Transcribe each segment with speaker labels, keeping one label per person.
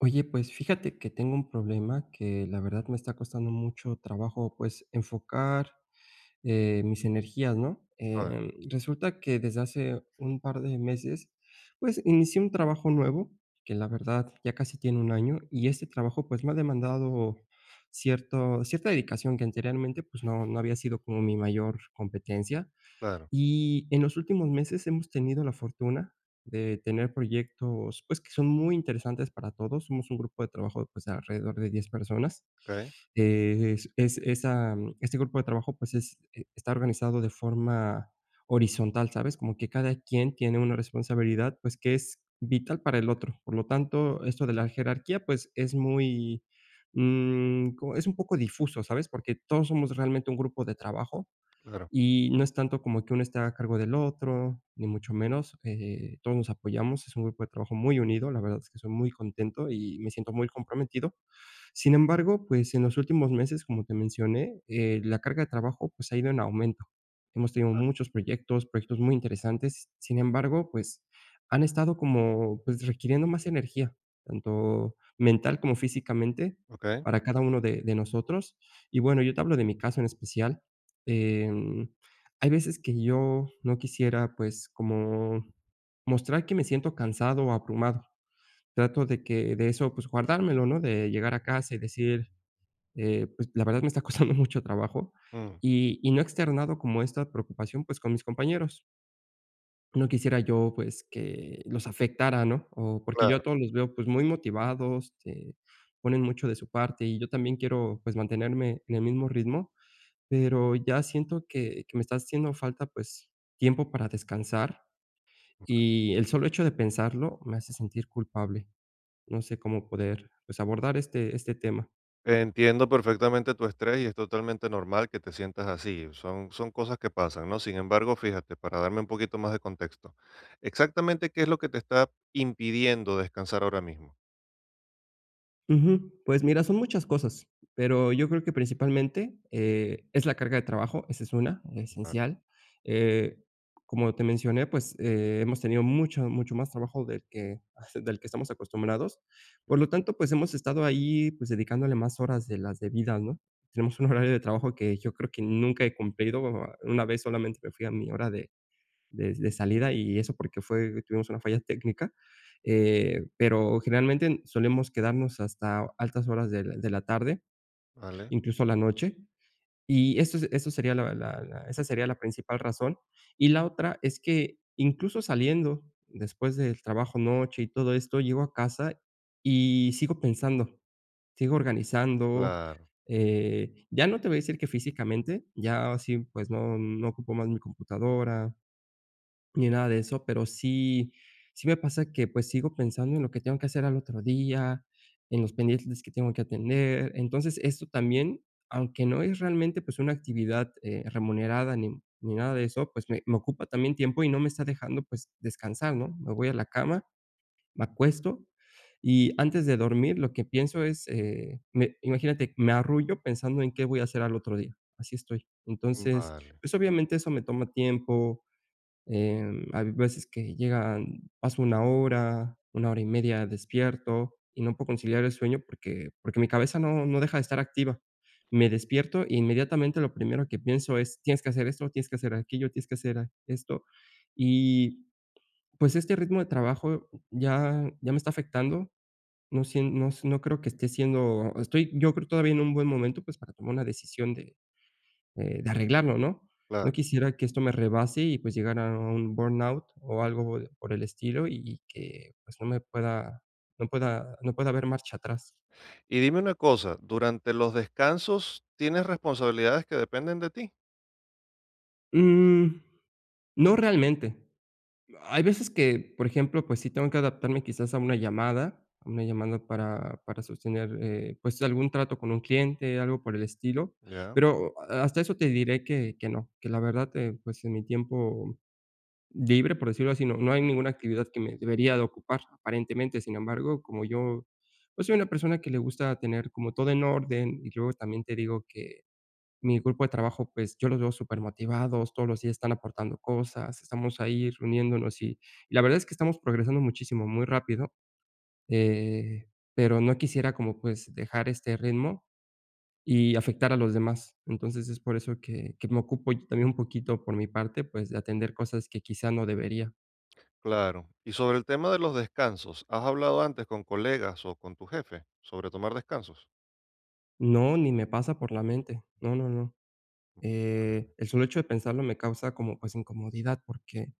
Speaker 1: Oye, pues fíjate que tengo un problema que la verdad me está costando mucho trabajo, pues enfocar mis energías, ¿no?
Speaker 2: A,
Speaker 1: Resulta que desde hace un par de meses, pues inicié un trabajo nuevo, que la verdad ya casi tiene un año, y este trabajo pues me ha demandado cierta dedicación que anteriormente pues no había sido como mi mayor competencia.
Speaker 2: claro.
Speaker 1: Y en los últimos meses hemos tenido la fortuna de tener proyectos, pues, que son muy interesantes para todos. Somos un grupo de trabajo, pues, de alrededor de 10 personas.
Speaker 2: Okey,
Speaker 1: Este grupo de trabajo, pues, es e está organizado de forma horizontal, ¿sabes? Como que cada quien tiene una responsabilidad, pues, que es vital para el otro. Por lo tanto, esto de la jerarquía, pues, es muy, mm, co es un poco difuso, ¿sabes? Porque todos somos realmente un grupo de trabajo,
Speaker 2: claro,
Speaker 1: y no es tanto como que uno esté a cargo del otro, ni mucho menos, todos nos apoyamos, es un grupo de trabajo muy unido, la verdad es que soy muy contento y me siento muy comprometido. Sin embargo, pues, en los últimos meses, como te mencioné, la carga de trabajo, pues, ha ido en aumento. Hemos tenido muchos proyectos, proyectos muy interesantes. Sin embargo, pues, han estado como, pues, requiriendo más energía, tanto mental como físicamente,
Speaker 2: okey,
Speaker 1: para cada uno de nosotros. Y bueno, yo te hablo de mi caso en especial. Em, Hay veces que yo no quisiera, pues, como mostrar que me siento cansado o abrumado. Trato de que de eso, pues, guardármelo, ¿no? De llegar a casa y decir, pues, la verdad me está costando mucho trabajo,
Speaker 2: mm,
Speaker 1: y no he externado como esta preocupación, pues, con mis compañeros. No quisiera yo, pues, que los afectara, ¿no? O porque yo a
Speaker 2: claro.
Speaker 1: todos los veo, pues, muy motivados, ponen mucho de su parte, y yo también quiero, pues, mantenerme en el mismo ritmo, pero ya siento que me está haciendo falta, pues, tiempo para descansar, y el solo hecho de pensarlo me hace sentir culpable. No sé cómo poder, pues, abordar este tema.
Speaker 2: Entiendo perfectamente tu estrés y es totalmente normal que te sientas así, son cosas que pasan, ¿no? Sin embargo, fíjate, para darme un poquito más de contexto, exactamente, ¿qué es lo que te está impidiendo descansar ahora mismo?
Speaker 1: Ujú. Pues mira, son muchas cosas, pero yo creo que principalmente, es la carga de trabajo, esa es una,
Speaker 2: Va,
Speaker 1: esencial. Eh, Como te mencioné, pues, hemos tenido mucho, mucho más trabajo del que del que estamos acostumbrados. Por lo tanto, pues, hemos estado ahí, pues, dedicándole más horas de las debidas, ¿no? Tenemos un horario de trabajo que yo creo que nunca he cumplido. Una vez solamente me fui a mi hora de salida y eso porque fue tuvimos una falla técnica, pero generalmente solemos quedarnos hasta altas horas de la tarde,
Speaker 2: vale,
Speaker 1: incluso la noche. Y eso sería la la la esa sería la principal razón. Y la otra es que, incluso saliendo después del trabajo, noche y todo esto, llego a casa y sigo pensando, sigo organizando,
Speaker 2: claro,
Speaker 1: ya no te voy a decir que físicamente, ya así, pues, no ocupo más mi computadora, ni nada de eso, pero sí me pasa que, pues, sigo pensando en lo que tengo que hacer al otro día, en los pendientes que tengo que atender. Entonces, esto también, aunque no es realmente, pues, una actividad, remunerada ni nada de eso, pues, me ocupa también tiempo y no me está dejando, pues, descansar, ¿no? Me voy a la cama, me acuesto y antes de dormir lo que pienso es, me imagínate, me arrullo pensando en qué voy a hacer al otro día, así estoy. Entonces,
Speaker 2: vale,
Speaker 1: pues, obviamente eso me toma tiempo. Hay veces que llegan paso una hora y media despierto y no puedo conciliar el sueño porque mi cabeza no deja de estar activa. Me despierto e inmediatamente lo primero que pienso es: "Tienes que hacer esto, tienes que hacer aquello, tienes que hacer a esto". Y, pues, este ritmo de trabajo ya me está afectando. No creo que esté siendo estoy yo creo todavía en un buen momento, pues, para tomar una decisión de arreglarlo, ¿no? No
Speaker 2: claro.
Speaker 1: quisiera que esto me rebase y, pues, llegara a un burnout o algo por el estilo y que, pues, no me pueda no pueda haber marcha atrás.
Speaker 2: Y dime una cosa, durante los descansos, ¿tienes responsabilidades que dependen de ti?
Speaker 1: Mm, no realmente. Hay veces que, por ejemplo, pues sí tengo que adaptarme quizás a una llamada para sostener, pues, algún trato con un cliente, algo por el estilo,
Speaker 2: Ya,
Speaker 1: pero hasta eso te diré que no, que la verdad, pues, en mi tiempo libre, por decirlo así, no hay ninguna actividad que me debería de ocupar, aparentemente, sin embargo, como yo, pues, soy una persona que le gusta tener como todo en orden, y luego también te digo que mi grupo de trabajo, pues, yo los veo súper motivados, todos los días están aportando cosas, estamos ahí reuniéndonos y la verdad es que estamos progresando muchísimo, muy rápido, eh, pero no quisiera como, pues, dejar este ritmo y afectar a los demás. Entonces, es por eso que me ocupo yo también un poquito por mi parte, pues, de atender cosas que quizá no debería.
Speaker 2: claro. Y sobre el tema de los descansos, ¿has hablado antes con colegas o con tu jefe sobre tomar descansos?
Speaker 1: No, ni me pasa por la mente. No, no, no. El solo hecho de pensarlo me causa como, pues, incomodidad, porque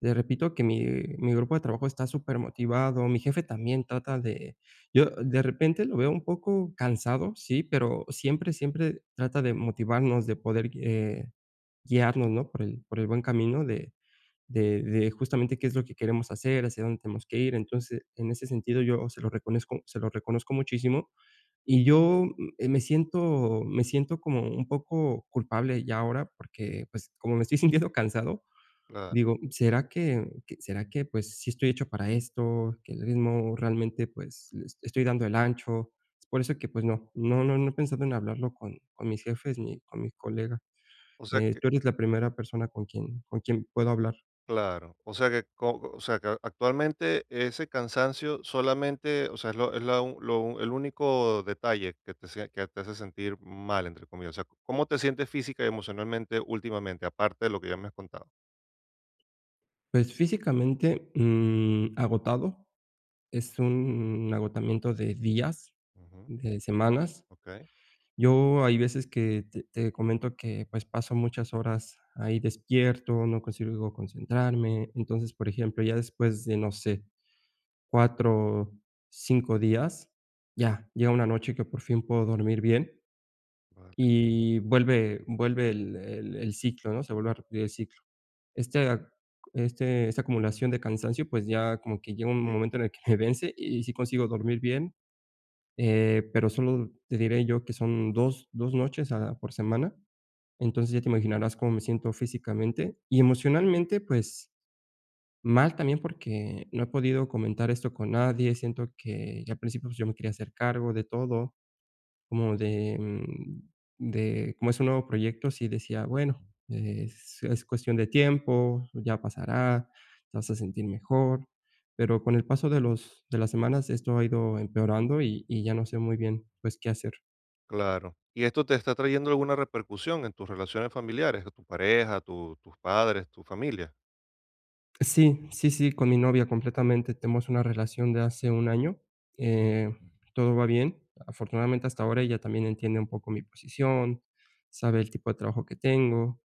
Speaker 1: le repito que mi grupo de trabajo está súper motivado. Mi jefe también trata de yo de repente lo veo un poco cansado, sí, pero siempre, siempre trata de motivarnos, de poder, guiarnos, ¿no?, por el buen camino de justamente qué es lo que queremos hacer, hacia dónde tenemos que ir. Entonces, en ese sentido, yo se lo reconozco muchísimo. Y yo, me siento como un poco culpable ya ahora, porque, pues, como me estoy sintiendo cansado,
Speaker 2: Claro,
Speaker 1: digo, ¿ será que, pues, sí estoy hecho para esto? Que el ritmo realmente, pues, estoy dando el ancho. Es por eso que, pues, no he pensado en hablarlo con mis jefes ni con mis colegas.
Speaker 2: o sea que
Speaker 1: Tú eres la primera persona con quien puedo hablar.
Speaker 2: o sea que actualmente ese cansancio solamente, o sea, es lo es la u lo un- el único detalle que te sie que te hace sentir mal, entre comillas, o sea, ¿cómo te sientes física y emocionalmente últimamente, aparte de lo que ya me has contado?
Speaker 1: Pues, físicamente, mm, agotado, es un agotamiento de días,
Speaker 2: Ujú,
Speaker 1: de semanas.
Speaker 2: okey,
Speaker 1: Yo hay veces que te comento que, pues, paso muchas horas ahí despierto, no consigo concentrarme. Entonces, por ejemplo, ya después de, no sé, 4, 5 días, ya llega una noche que por fin puedo dormir bien.
Speaker 2: vale,
Speaker 1: Y vuelve el ciclo, ¿no? Se vuelve a repetir el ciclo. Este ac este Esta acumulación de cansancio, pues, ya como que llega un momento en el que me vence y sí consigo dormir bien, pero solo te diré yo que son 2 noches a por semana. Entonces, ya te imaginarás cómo me siento físicamente y emocionalmente, pues, mal también porque no he podido comentar esto con nadie. Siento que al principio, pues, yo me quería hacer cargo de todo. Como de, como es un nuevo proyecto, sí decía: "Bueno, es cuestión de tiempo, ya pasará, te vas a sentir mejor", pero con el paso de los de las semanas esto ha ido empeorando y ya no sé muy bien, pues, qué hacer.
Speaker 2: claro. ¿Y esto te está trayendo alguna repercusión en tus relaciones familiares, tu pareja, tu tus padres, tu familia?
Speaker 1: Sí, sí, sí, con mi novia completamente. Tenemos una relación de hace 1 año, eh, todo va bien. Afortunadamente hasta ahora ella también entiende un poco mi posición, sabe el tipo de trabajo que tengo,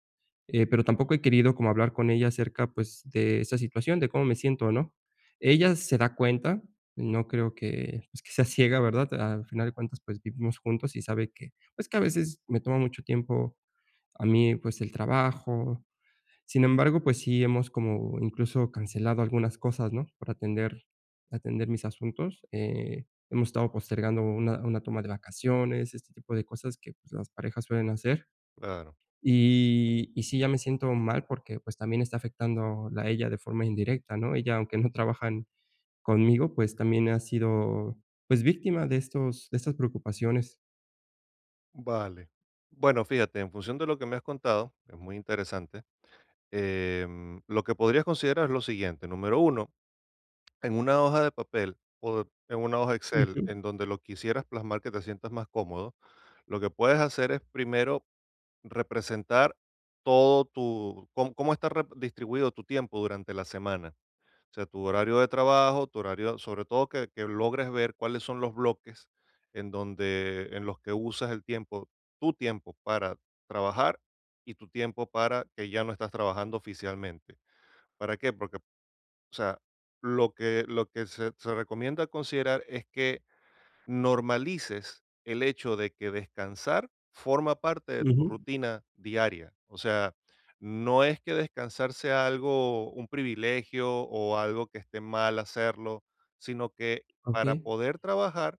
Speaker 1: pero tampoco he querido como hablar con ella acerca, pues, de esa situación, de cómo me siento, ¿no? Ella se da cuenta, no creo que, pues, que sea ciega, ¿verdad? Al final de cuentas, pues, vivimos juntos y sabe que, pues, que a veces me toma mucho tiempo a mí, pues, el trabajo, sin embargo, pues sí hemos como incluso cancelado algunas cosas, ¿no? Por atender mis asuntos, hemos estado postergando una toma de vacaciones, este tipo de cosas que, pues, las parejas suelen hacer.
Speaker 2: Claro,
Speaker 1: Y sí, ya me siento mal porque, pues, también está afectando a ella de forma indirecta, ¿no? Ella, aunque no trabajan conmigo, pues, también ha sido, pues, víctima de estos de estas preocupaciones.
Speaker 2: vale. Bueno, fíjate, en función de lo que me has contado, es muy interesante. Lo que podrías considerar es lo siguiente: número uno, en una hoja de papel o en una hoja Excel
Speaker 1: Ujú,
Speaker 2: en donde lo quisieras plasmar que te sientas más cómodo, lo que puedes hacer es primero representar todo tu, cómo está distribuido tu tiempo durante la semana. O sea, tu horario de trabajo, tu horario, sobre todo que logres ver cuáles son los bloques en donde, en los que usas el tiempo, tu tiempo para trabajar y tu tiempo para que ya no estás trabajando oficialmente. ¿Para qué? Porque, o sea, lo que se recomienda considerar es que normalices el hecho de que descansar forma parte de tu
Speaker 1: ujú.
Speaker 2: rutina diaria. O sea, no es que descansar sea algo, un privilegio o algo que esté mal hacerlo, sino que para
Speaker 1: Okey,
Speaker 2: poder trabajar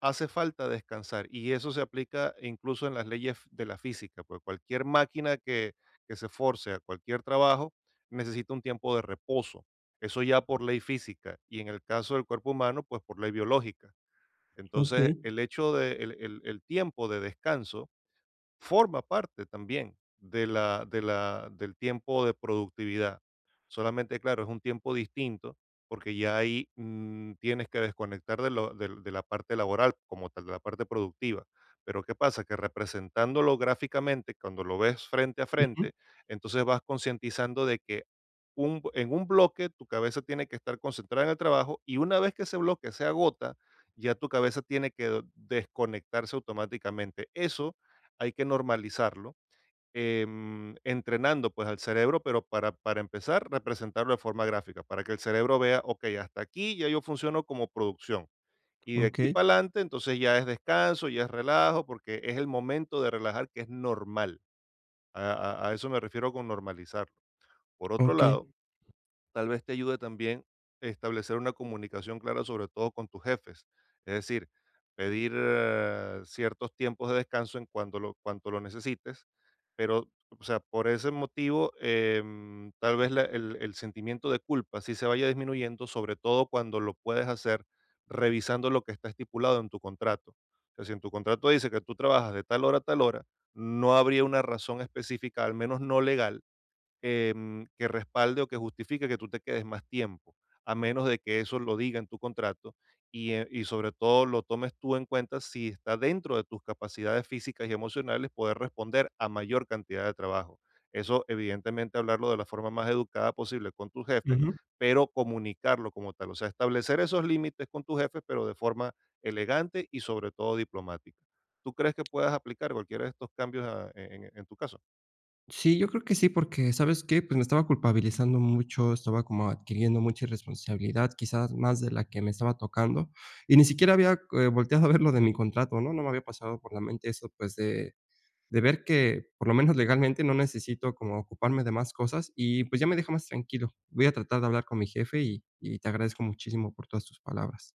Speaker 2: hace falta descansar, y eso se aplica incluso en las leyes de la física, porque cualquier máquina que se force a cualquier trabajo necesita un tiempo de reposo. Eso ya por ley física, y en el caso del cuerpo humano, pues por ley biológica. Entonces,
Speaker 1: okey.
Speaker 2: el hecho de el tiempo de descanso forma parte también de la, del tiempo de productividad. Solamente, claro, es un tiempo distinto porque ya ahí tienes que desconectar de, de la parte laboral como tal, de la parte productiva. Pero ¿qué pasa? Que representándolo gráficamente, cuando lo ves frente a
Speaker 1: Ujú.
Speaker 2: frente, entonces vas concientizando de que en un bloque tu cabeza tiene que estar concentrada en el trabajo, y una vez que ese bloque se agota, ya tu cabeza tiene que desconectarse automáticamente. Eso hay que normalizarlo, entrenando pues al cerebro, pero para empezar, representarlo de forma gráfica, para que el cerebro vea, ok, hasta aquí ya yo funciono como producción. Y de aquí
Speaker 1: Okey,
Speaker 2: para adelante, entonces ya es descanso, ya es relajo, porque es el momento de relajar, que es normal. a a eso me refiero con normalizarlo. Por otro
Speaker 1: okey.
Speaker 2: lado, tal vez te ayude también establecer una comunicación clara, sobre todo con tus jefes. Es decir, pedir ciertos tiempos de descanso en cuanto cuanto lo necesites, pero, o sea, por ese motivo, tal vez el sentimiento de culpa sí se vaya disminuyendo, sobre todo cuando lo puedes hacer revisando lo que está estipulado en tu contrato. O sea, si en tu contrato dice que tú trabajas de tal hora a tal hora, no habría una razón específica, al menos no legal, que respalde o que justifique que tú te quedes más tiempo, a menos de que eso lo diga en tu contrato y sobre todo lo tomes tú en cuenta si está dentro de tus capacidades físicas y emocionales poder responder a mayor cantidad de trabajo. Eso, evidentemente, hablarlo de la forma más educada posible con tus jefes,
Speaker 1: Ujú.
Speaker 2: pero comunicarlo como tal. O sea, establecer esos límites con tus jefes, pero de forma elegante y sobre todo diplomática. ¿Tú crees que puedas aplicar cualquiera de estos cambios en en tu caso?
Speaker 1: Sí, yo creo que sí, porque, ¿sabes qué? Pues, me estaba culpabilizando mucho, estaba como adquiriendo mucha irresponsabilidad, quizás más de la que me estaba tocando, y ni siquiera había, volteado a ver lo de mi contrato, ¿no? No me había pasado por la mente eso, pues, de ver que, por lo menos legalmente, no necesito como ocuparme de más cosas y, pues, ya me deja más tranquilo. Voy a tratar de hablar con mi jefe y te agradezco muchísimo por todas tus palabras.